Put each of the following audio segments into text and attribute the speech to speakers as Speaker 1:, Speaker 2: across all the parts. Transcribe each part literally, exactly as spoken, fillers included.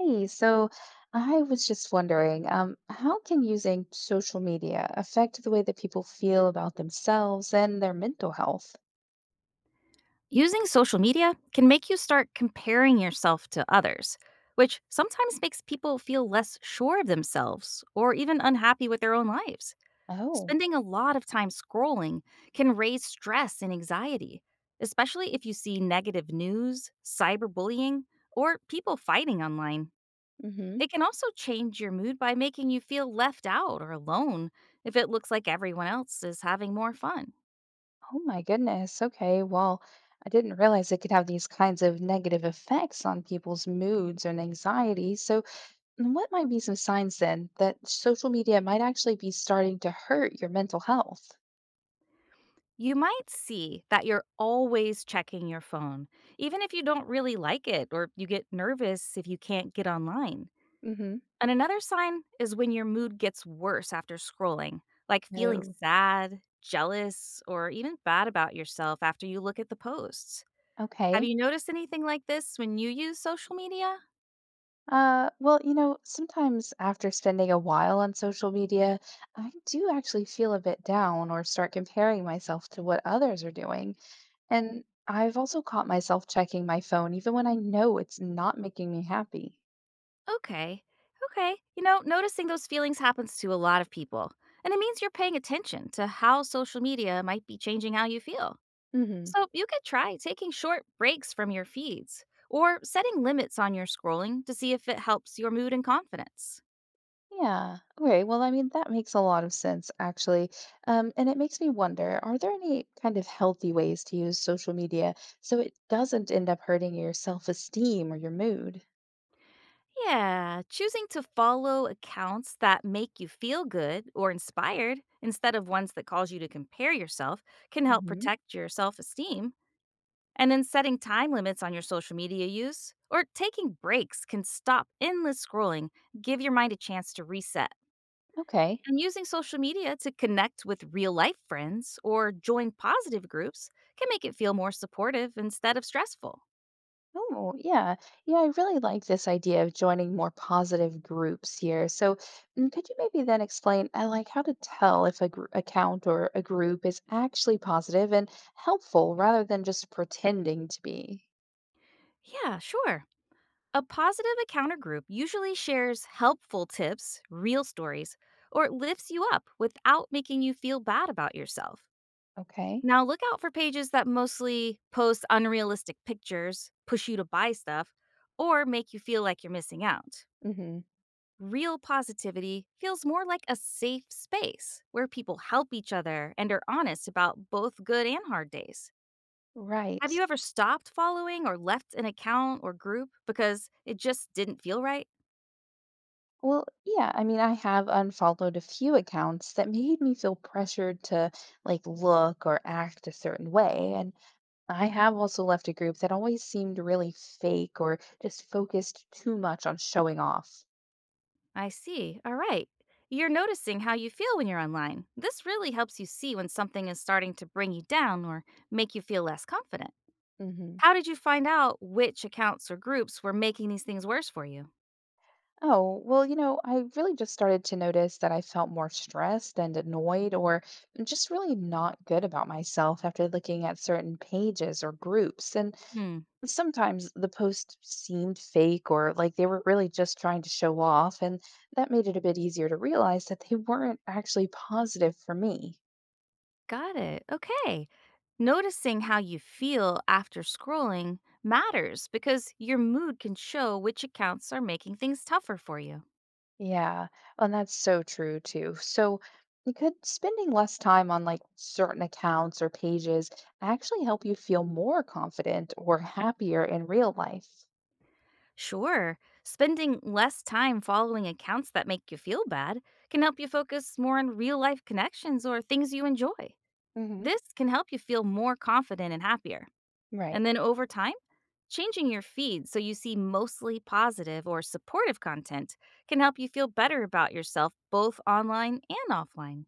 Speaker 1: Hey, so I was just wondering, um, how can using social media affect the way that people feel about themselves and their mental health?
Speaker 2: Using social media can make you start comparing yourself to others, which sometimes makes people feel less sure of themselves or even unhappy with their own lives.
Speaker 1: Oh,
Speaker 2: Spending a lot of time scrolling can raise stress and anxiety, especially if you see negative news, cyberbullying, or people fighting online.
Speaker 1: mm-hmm.
Speaker 2: It can also change your mood by making you feel left out or alone if it looks like everyone else is having more fun.
Speaker 1: Oh my goodness. Okay, well, I didn't realize it could have these kinds of negative effects on people's moods and anxiety. So, what might be some signs then that social media might actually be starting to hurt your mental health?
Speaker 2: You might see that you're always checking your phone, even if you don't really like it or you get nervous if you can't get online.
Speaker 1: Mm-hmm.
Speaker 2: And another sign is when your mood gets worse after scrolling, like feeling
Speaker 1: No.
Speaker 2: sad, jealous, or even bad about yourself after you look at the posts. Have
Speaker 1: Okay.
Speaker 2: you noticed anything like this when you use social media?
Speaker 1: Uh, well, you know, sometimes after spending a while on social media, I do actually feel a bit down or start comparing myself to what others are doing. And I've also caught myself checking my phone even when I know it's not making me happy.
Speaker 2: Okay, okay. You know, noticing those feelings happens to a lot of people, and it means you're paying attention to how social media might be changing how you feel.
Speaker 1: hmm
Speaker 2: So you could try taking short breaks from your feeds or setting limits on your scrolling to see if it helps your mood and confidence.
Speaker 1: Yeah. Okay. Well, I mean, that makes a lot of sense, actually. Um, and it makes me wonder, are there any kind of healthy ways to use social media so it doesn't end up hurting your self-esteem or your mood?
Speaker 2: Yeah, choosing to follow accounts that make you feel good or inspired instead of ones that cause you to compare yourself can help
Speaker 1: hmm
Speaker 2: protect your self esteem. And then setting time limits on your social media use or taking breaks can stop endless scrolling, give your mind a chance to reset.
Speaker 1: Okay.
Speaker 2: And using social media to connect with real life friends or join positive groups can make it feel more supportive instead of stressful.
Speaker 1: Oh, yeah. Yeah, I really like this idea of joining more positive groups here. So, mm, could you maybe then explain, uh, like, how to tell if a gr account or a group is actually positive and helpful rather than just pretending to be?
Speaker 2: Yeah, sure. A positive encounter group usually shares helpful tips, real stories, or lifts you up without making you feel bad about yourself.
Speaker 1: Okay.
Speaker 2: Now, look out for pages that mostly post unrealistic pictures, push you to buy stuff, or make you feel like you're missing out.
Speaker 1: Mm-hmm.
Speaker 2: Real positivity feels more like a safe space where people help each other and are honest about both good and hard days. Have
Speaker 1: Right.
Speaker 2: you ever stopped following or left an account or group because it just didn't feel right?
Speaker 1: Well, yeah, I mean, I have unfollowed a few accounts that made me feel pressured to like look or act a certain way, and I have also left a group that always seemed really fake or just focused too much on showing off.
Speaker 2: I see. All right. You're noticing how you feel when you're online. This really helps you see when something is starting to bring you down or make you feel less confident.
Speaker 1: hmm
Speaker 2: How did you find out which accounts or groups were making these things worse for you?
Speaker 1: Oh, well, you know, I really just started to notice that I felt more stressed and annoyed or just really not good about myself after looking at certain pages or groups. And
Speaker 2: Hmm.
Speaker 1: sometimes the posts seemed fake or like they were really just trying to show off, and that made it a bit easier to realize that they weren't actually positive for me.
Speaker 2: Got it. Okay. Noticing how you feel after scrolling matters because your mood can show which accounts are making things tougher for you.
Speaker 1: Yeah, and that's so true too. So, you could spending less time on like certain accounts or pages actually help you feel more confident or happier in real life?
Speaker 2: Sure, spending less time following accounts that make you feel bad can help you focus more on real life connections or things you enjoy.
Speaker 1: hmm
Speaker 2: This can help you feel more confident and happier.
Speaker 1: Right.
Speaker 2: And then over time, changing your feed so you see mostly positive or supportive content can help you feel better about yourself both online and offline.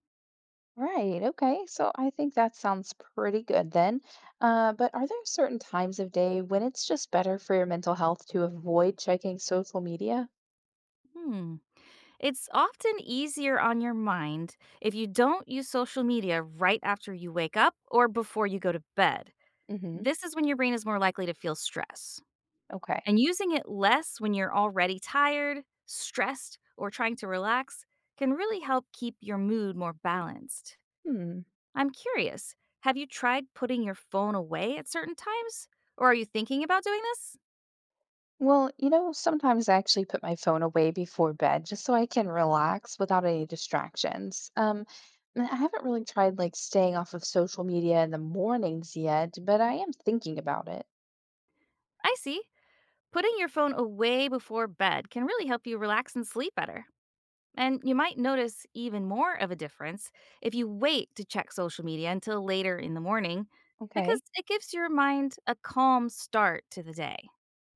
Speaker 1: Right. Okay. So I think that sounds pretty good then. Uh, but are there certain times of day when it's just better for your mental health to avoid checking social media?
Speaker 2: Hmm. It's often easier on your mind if you don't use social media right after you wake up or before you go to bed.
Speaker 1: hmm
Speaker 2: This is when your brain is more likely to feel stress.
Speaker 1: Okay.
Speaker 2: And using it less when you're already tired, stressed, or trying to relax can really help keep your mood more balanced.
Speaker 1: Hmm.
Speaker 2: I'm curious, have you tried putting your phone away at certain times? Or are you thinking about doing this?
Speaker 1: Well, you know, sometimes I actually put my phone away before bed just so I can relax without any distractions. Um, and I haven't really tried like staying off of social media in the mornings yet, but I am thinking about it.
Speaker 2: I see. Putting your phone away before bed can really help you relax and sleep better. And you might notice even more of a difference if you wait to check social media until later in the morning because
Speaker 1: Okay.
Speaker 2: it gives your mind a calm start to the day.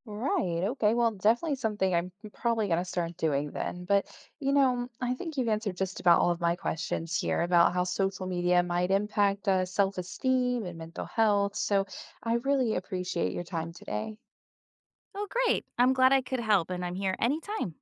Speaker 1: Right. Okay. Well, definitely something I'm probably going to start doing then. But, you know, I think you've answered just about all of my questions here about how social media might impact uh, self-esteem and mental health. So I really appreciate your time today.
Speaker 2: Oh, great. I'm glad I could help, and I'm here anytime.